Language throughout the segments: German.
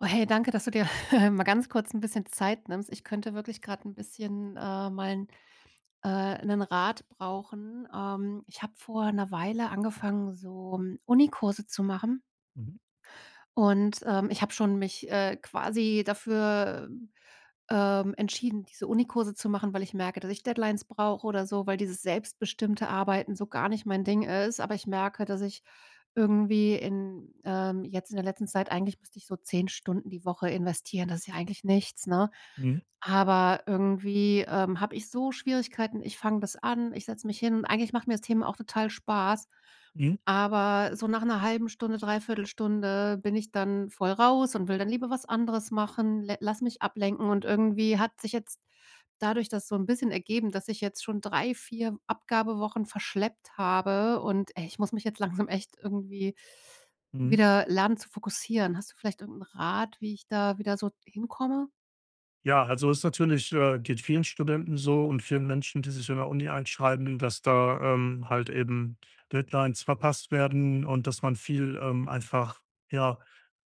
Oh, hey, danke, dass du dir mal ganz kurz ein bisschen Zeit nimmst. Ich könnte wirklich gerade ein bisschen mal 'n 'nen Rat brauchen. Ich habe vor einer Weile angefangen, so Unikurse zu machen. Mhm. Und ich habe schon mich quasi dafür entschieden, diese Unikurse zu machen, weil ich merke, dass ich Deadlines brauche oder so, weil dieses selbstbestimmte Arbeiten so gar nicht mein Ding ist. Aber ich merke, dass ich irgendwie in jetzt in der letzten Zeit eigentlich müsste ich so 10 Stunden die Woche investieren. Das ist ja eigentlich nichts, ne? Mhm. Aber irgendwie habe ich so Schwierigkeiten. Ich fange das an, ich setze mich hin und eigentlich macht mir das Thema auch total Spaß. Mhm. Aber so nach einer halben Stunde, dreiviertel Stunde bin ich dann voll raus und will dann lieber was anderes machen, lä lass mich ablenken und irgendwie hat sich jetzt dadurch das so ein bisschen ergeben, dass ich jetzt schon 3, 4 Abgabewochen verschleppt habe und, ey, ich muss mich jetzt langsam echt irgendwie Mhm. wieder lernen zu fokussieren. Hast du vielleicht irgendeinen Rat, wie ich da wieder so hinkomme? Ja, also ist natürlich, geht vielen Studenten so und vielen Menschen, die sich in der Uni einschreiben, dass da halt eben Deadlines verpasst werden und dass man viel einfach, ja,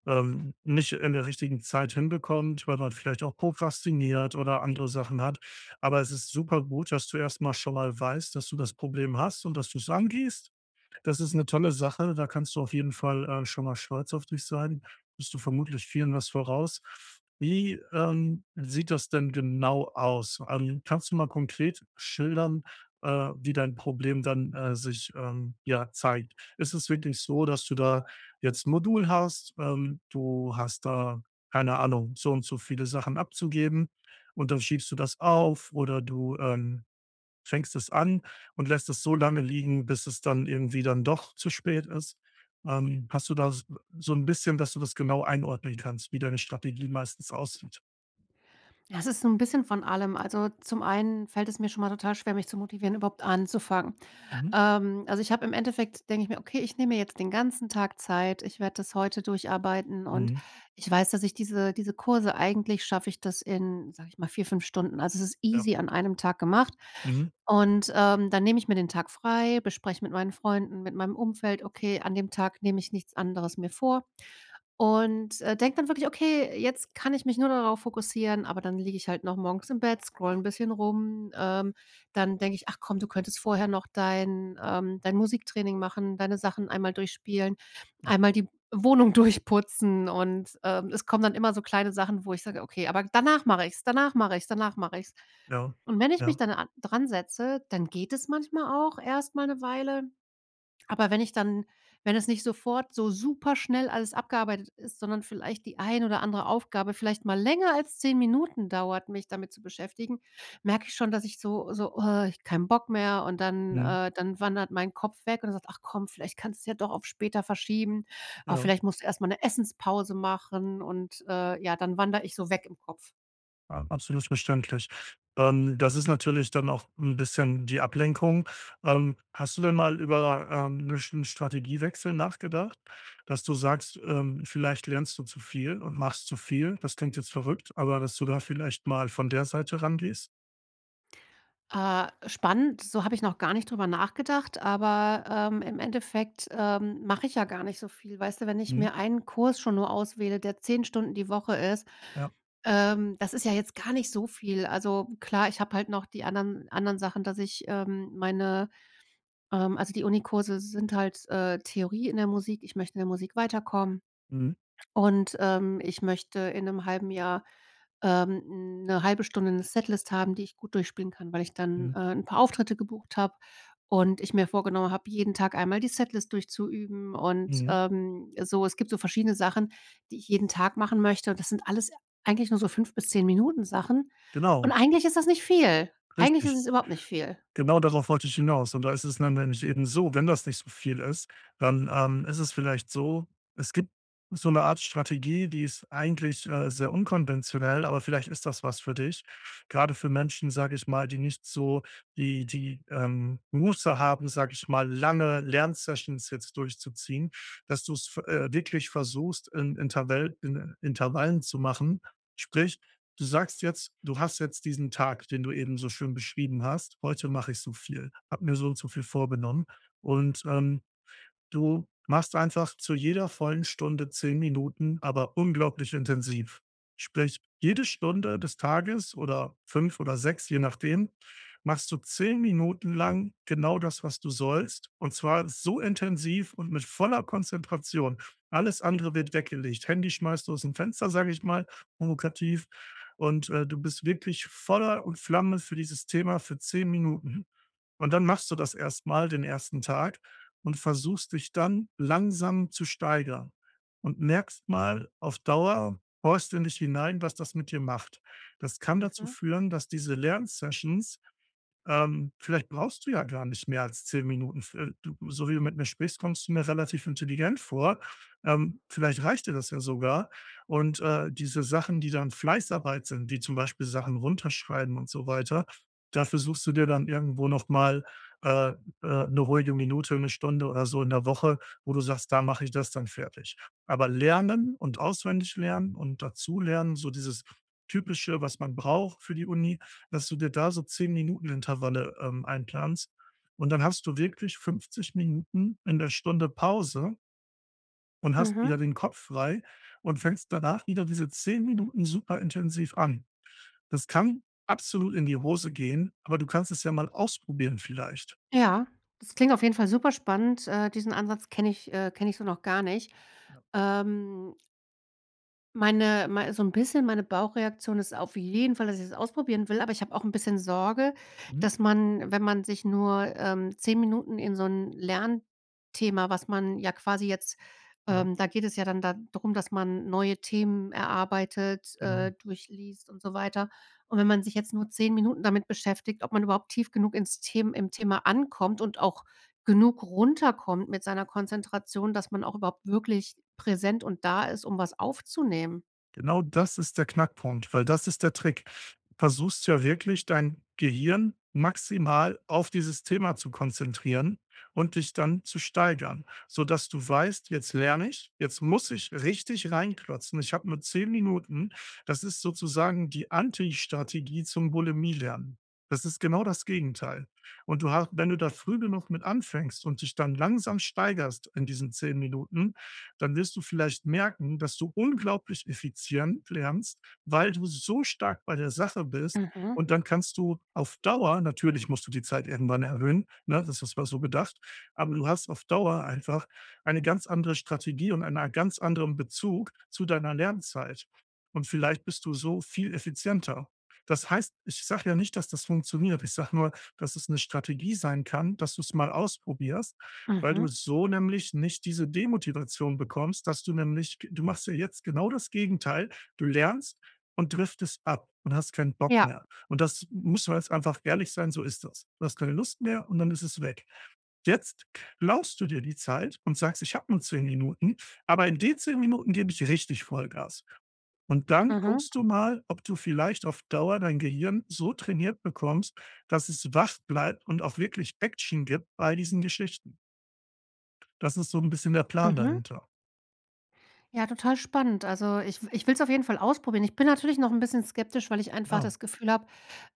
nicht in der richtigen Zeit hinbekommt, weil man vielleicht auch prokrastiniert oder andere Sachen hat. Aber es ist super gut, dass du erstmal schon mal weißt, dass du das Problem hast und dass du es angehst. Das ist eine tolle Sache, da kannst du auf jeden Fall schon mal stolz auf dich sein. Bist du vermutlich vielen was voraus. Wie sieht das denn genau aus? Kannst du mal konkret schildern, äh, wie dein Problem dann sich, ja, zeigt? Ist es wirklich so, dass du da jetzt 'n Modul hast, du hast da, keine Ahnung, so und so viele Sachen abzugeben und dann schiebst du das auf oder du fängst es an und lässt es so lange liegen, bis es dann irgendwie dann doch zu spät ist. Hast du da s so ein bisschen, dass du das genau einordnen kannst, wie deine Strategie meistens aussieht? Ja, es ist so ein bisschen von allem. Also, zum einen fällt es mir schon mal total schwer, mich zu motivieren, überhaupt anzufangen. Mhm. Also, ich habe im Endeffekt denke ich mir: „Okay, ich nehme mir jetzt den ganzen Tag Zeit. Ich werde das heute durcharbeiten." Und Mhm. ich weiß, dass ich diese Kurse eigentlich schaffe ich das in, sage ich mal, 4 5 Stunden. Also, es ist Ja. easy an einem Tag gemacht. Mhm. Und dann nehme ich mir den Tag frei, bespreche mit meinen Freunden, mit meinem Umfeld: „Okay, an dem Tag nehme ich nichts anderes mir vor." und denke dann wirklich: „Okay, jetzt kann ich mich nur darauf fokussieren", aber dann liege ich halt noch morgens im Bett, scrolle ein bisschen rum. Dann denke ich: „Ach komm, du könntest vorher noch dein Musiktraining machen, deine Sachen einmal durchspielen, einmal die Wohnung durchputzen" und es kommen dann immer so kleine Sachen, wo ich sage: „Okay, aber danach mache ich's, danach mache ich's, danach mache ich's." Ja. Und wenn ich mich Ja. dann a dran setze, dann geht es manchmal auch erst mal eine Weile. Aber wenn ich dann wenn es nicht sofort so super schnell alles abgearbeitet ist, sondern vielleicht die ein oder andere Aufgabe vielleicht mal länger als 10 Minuten dauert, mich damit zu beschäftigen, merke ich schon, dass ich so: „Oh, ich hab keinen Bock mehr" und dann Mhm. äh, dann wandert mein Kopf weg und sagt: „Ach komm, vielleicht kannst du es ja doch auf später verschieben. Ah, Ja. vielleicht musst du erst mal 'ne Essenspause machen" und ja, dann wandere ich so weg im Kopf. Ja, absolut verständlich. Das ist natürlich dann auch ein bisschen die Ablenkung. Hast du denn mal über 'ne Strategiewechsel nachgedacht, dass du sagst, vielleicht lernst du zu viel und machst zu viel? Das klingt jetzt verrückt, aber dass du da vielleicht mal von der Seite rangehst? Spannend, so habe ich noch gar nicht drüber nachgedacht, aber im Endeffekt mache ich ja gar nicht so viel. Weißt du, wenn ich Mhm, mir einen Kurs schon nur auswähle, der 10 Stunden die Woche istja. Das ist ja jetzt gar nicht so viel. Also, klar, ich habe halt noch die anderen Sachen, dass ich, meine also die Unikurse sind halt Theorie in der Musik. Ich möchte in der Musik weiterkommen. Mhm, Und ich möchte in einem halben Jahr 'ne halbe Stunde eine Setlist haben, die ich gut durchspielen kann, weil ich dannmhm, 'n paar Auftritte gebucht habe und ich mir vorgenommen habe, jeden Tag einmal die Setlist durchzuüben undmhm. So. Es gibt so verschiedene Sachen, die ich jeden Tag machen möchte und das sind alles eigentlich nur so 5 bis 10 Minuten Sachen Genau, und eigentlich ist das nicht viel. Eigentlich ist richtig. es überhaupt nicht viel. Genau darauf wollte ich hinaus. Und da ist es dann nämlich eben so, wenn das nicht so viel ist, dann, ist es vielleicht so, es gibt so eine Art Strategie, die ist eigentlich, sehr unkonventionell, aber vielleicht ist das was für dich. Gerade für Menschen, sage ich mal, die nicht so die Muße haben, sage ich mal, lange Lernsessions jetzt durchzuziehen, dass du es wirklich versuchst, in Intervallen zu machen. Sprich, du sagst jetzt, du hast jetzt diesen Tag, den du eben so schön beschrieben hast. Heute mache ich so viel, habe mir so und so viel vorgenommen und du machst einfach zu jeder vollen Stunde 10 Minuten, aber unglaublich intensiv. Sprich, jede Stunde des Tages oder 5 oder 6, je nachdem, machst du 10 Minuten lang genau das, was du sollst. Und zwar so intensiv und mit voller Konzentration. Alles andere wird weggelegt. Handy schmeißt du aus dem Fenster, sage ich mal, provokativ. Du bist wirklich voller und Flamme für dieses Thema für 10 Minuten. Und dann machst du das erstmal den ersten Tag und versuchst dich dann langsam zu steigern und merkst mal, auf Dauer horchst du nicht hinein, was das mit dir macht. Das kann dazu Mhm. führen, dass diese Lernsessions vielleicht brauchst du ja gar nicht mehr als 10 Minuten. F du so wie du mit mir sprichst, kommst du mir relativ intelligent vor. Vielleicht reicht dir das ja sogar. Und, diese Sachen, die dann Fleißarbeit sind, wie zum Beispiel Sachen runterschreiben und so weiter, dafür suchst du dir dann irgendwo noch mal, äh, äh, 'ne ruhige Minute, eine Stunde oder so in der Woche, wo du sagst: „Da mache ich das dann fertig.“ Aber lernen und auswendig lernen und dazulernen, so dieses Typische, was man braucht für die Uni, dass du dir da so 10 Minuten Intervalle einplanst und dann hast du wirklich 50 Minuten in der Stunde Pause und hast wieder Mhm. den Kopf frei und fängst danach wieder diese 10 Minuten super intensiv an. Das kann absolut in die Hose gehen, aber du kannst es ja mal ausprobieren vielleicht. Ja, das klingt auf jeden Fall superspannend. Diesen Ansatz kenne ich so noch gar nicht. Ja. Ähm, meine mei So ein bisschen meine Bauchreaktion ist auf jeden Fall, dass ich es ausprobieren will, aber ich habe auch ein bisschen Sorge, Mhm. dass man, wenn man sich nur 10 Minuten in so ein Lernthema, was man ja quasi jetzt Ja, da geht es ja dann darum, dass man neue Themen erarbeitetgenau. Durchliest und so weiter. Und wenn man sich jetzt nur 10 Minuten damit beschäftigt, ob man überhaupt tief genug ins Them im Thema ankommt und auch genug runterkommt mit seiner Konzentration, dass man auch überhaupt wirklich präsent und da ist, um was aufzunehmen. Genau das ist der Knackpunkt, weil das ist der Trick. Du versuchst ja wirklich, dein Gehirn maximal auf dieses Thema zu konzentrieren und dich dann zu steigern, sodass du weißt, jetzt lerne ich, jetzt muss ich richtig reinklotzen. Ich habe nur 10 Minuten. Das ist sozusagen die Anti-Strategie zum Bulimie-Lernen. Das ist genau das Gegenteil. Und du hast, wenn du da früh genug mit anfängst und dich dann langsam steigerst in diesen 10 Minuten, dann wirst du vielleicht merken, dass du unglaublich effizient lernst, weil du so stark bei der Sache bist. Mhm, Und dann kannst du auf Dauer, natürlich musst du die Zeit irgendwann erhöhen, ne, das ist mal so gedacht, aber du hast auf Dauer einfach eine ganz andere Strategie und einen ganz anderen Bezug zu deiner Lernzeit. Und vielleicht bist du so viel effizienter. Das heißt, ich sage ja nicht, dass das funktioniert. Ich sage nur, dass es eine Strategie sein kann, dass du es mal ausprobierst, weil du mhm, so nämlich nicht diese Demotivation bekommst, dass du nämlich du machst ja jetzt genau das Gegenteil. Du lernst und driftest ab und hast keinen Bock ja. mehr. Und das muss man jetzt einfach ehrlich sein, so ist das. Du hast keine Lust mehr und dann ist es weg. Jetzt klaust du dir die Zeit und sagst: „Ich habe nur 10 Minuten, aber in den 10 Minuten gebe ich richtig Vollgas.“ Und dann Mhm, guckst du mal, ob du vielleicht auf Dauer dein Gehirn so trainiert bekommst, dass es wach bleibt und auch wirklich Action gibt bei diesen Geschichten. Das ist so 'n bisschen der Plan mhm. dahinter. Ja, total spannend. Also, ich will's auf jeden Fall ausprobieren. Ich bin natürlich noch ein bisschen skeptisch, weil ich einfach Ja. das Gefühl habe,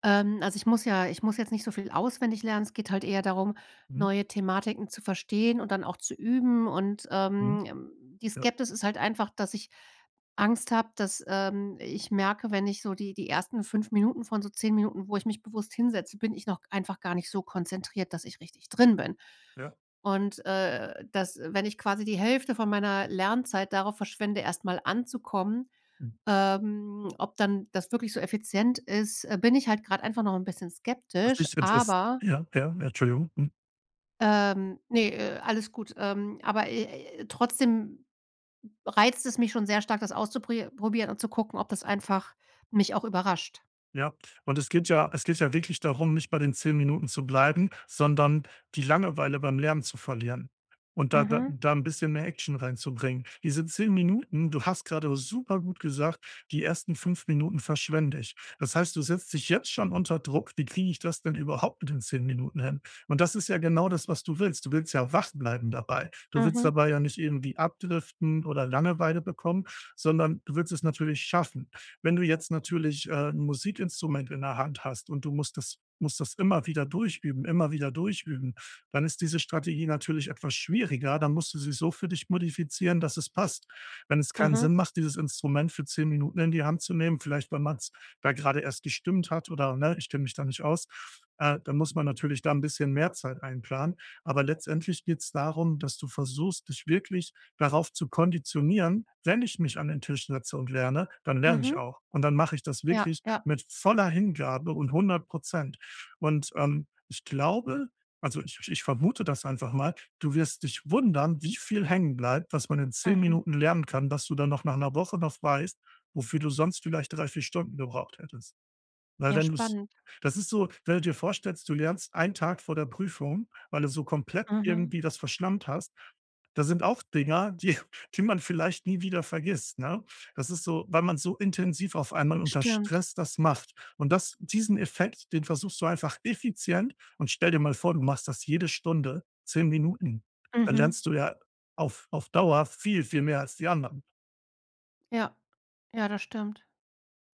ähm, also, ich muss jetzt nicht so viel auswendig lernen. Es geht halt eher darum, Mhm. neue Thematiken zu verstehen und dann auch zu üben. UndMhm. Die Ja, Skeptis ist halt einfach, dass ich Angst habe, dass ich merke, wenn ich so die ersten 5 Minuten von so 10 Minuten, wo ich mich bewusst hinsetze, bin ich noch einfach gar nicht so konzentriert, dass ich richtig drin bin. ja. Und dass wenn ich quasi die Hälfte von meiner Lernzeit darauf verschwende, erstmal anzukommenHm. Ob dann das wirklich so effizient ist bin ich halt gerade einfach noch ein bisschen Was skeptisch, dich interess aberJa, ja, Entschuldigung. Mhm. Ne alles gut. Aber trotzdem reizt es mich schon sehr stark, das auszuprobieren und zu gucken, ob das einfach mich auch überrascht. Ja, und es geht ja wirklich darum, nicht bei den 10 Minuten zu bleiben, sondern die Langeweile beim Lernen zu verlieren und da da Mhm, da 'n bisschen mehr Action reinzubringen. Diese 10 Minuten, du hast gerade super gut gesagt, die ersten 5 Minuten verschwende ich. Das heißt, du setzt dich jetzt schon unter Druck: „Wie kriege ich das denn überhaupt mit den 10 Minuten hin?“ Und das ist ja genau das, was du willst. Du willst ja wach bleiben dabei. Du willst mhm, dabei ja nicht irgendwie abdriften oder Langeweile bekommen, sondern du willst es natürlich schaffen. Wenn du jetzt natürlich, 'n Musikinstrument in der Hand hast und du musst das immer wieder durchüben, dann ist diese Strategie natürlich etwas schwieriger. Dann musst du sie so für dich modifizieren, dass es passt. Wenn es keinen mhm, Sinn macht, dieses Instrument für 10 Minuten in die Hand zu nehmen, vielleicht weil man es da gerade erst gestimmt hat oder, ne, ich stimme mich da nicht aus, dann muss man natürlich da ein bisschen mehr Zeit einplanen. Aber letztendlich geht es darum, dass du versuchst, dich wirklich darauf zu konditionieren, wenn ich mich an den Tisch setze und lerne, dann lerne ich mhm. auch. Und dann mache ich das Ja, wirklich ja. mit voller Hingabe und 100%. Und, ich glaube, also, ich vermute das einfach mal, du wirst dich wundern, wie viel hängen bleibt, was man in 10 Mhm. Minuten lernen kann, dass du dann noch nach einer Woche noch weißt, wofür du sonst vielleicht 3 4 Stunden gebraucht hättest. Weil Ja, wenn du's spannend. Das ist so, wenn du dir vorstellst, du lernst einen Tag vor der Prüfung, weil du so komplett Mhm. irgendwie das verschlammt hast. Da sind auch Dinger, die die man vielleicht nie wieder vergisst, ne? Das ist so, weil man so intensiv auf einmal unter Stimmt. Stress das macht. Und das, diesen Effekt, den versuchst du einfach effizient, und stell dir mal vor, du machst das jede Stunde 10 Minuten. Dann Mhm. lernst du ja auf Dauer viel, viel mehr als die anderen. Ja. Ja, das stimmt.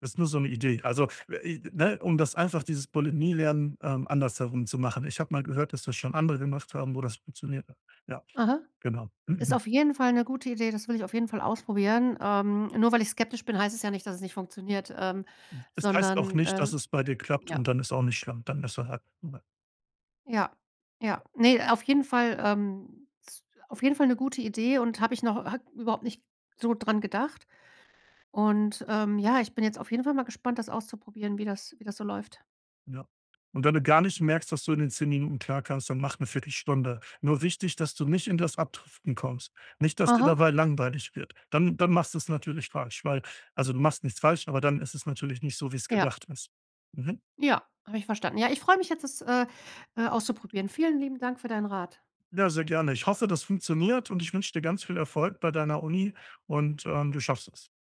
Das ist nur so eine Idee. Also, ne, um das einfach dieses Bolonni-Lernen andersherum zu machen. Ich habe mal gehört, dass das schon andere gemacht haben, wo das funktioniert hat. Ja, Aha. genau. Ist Mhm. auf jeden Fall eine gute Idee, das will ich auf jeden Fall ausprobieren. Nur weil ich skeptisch bin, heißt es ja nicht, dass es nicht funktioniert Es heißt auch sondern, nicht, dass es bei dir klappt, und ja, dann ist auch nicht schlimm. Dann ist er halt ja, ja. Nee, auf jeden Fall, s auf jeden Fall eine gute Idee und habe ich noch ha überhaupt nicht so dran gedacht. Und ja, ich bin jetzt auf jeden Fall mal gespannt, das auszuprobieren, wie das so läuft. ja. Und wenn du gar nicht merkst, dass du in den 10 Minuten klarkommst, dann mach 'ne Viertelstunde. Nur wichtig, dass du nicht in das Abdriften kommst. Nicht, dass dir Aha, dabei langweilig wird. Dann machst du es natürlich falsch, weil also, du machst nichts falsch, aber dann ist es natürlich nicht so, wie es ja, gedacht ist. Mhm. ja, habe ich verstanden. Ja, ich freue mich jetzt, das auszuprobieren. Vielen lieben Dank für deinen Rat. Ja, sehr gerne. Ich hoffe, das funktioniert, und ich wünsche dir ganz viel Erfolg bei deiner Uni und, du schaffst es.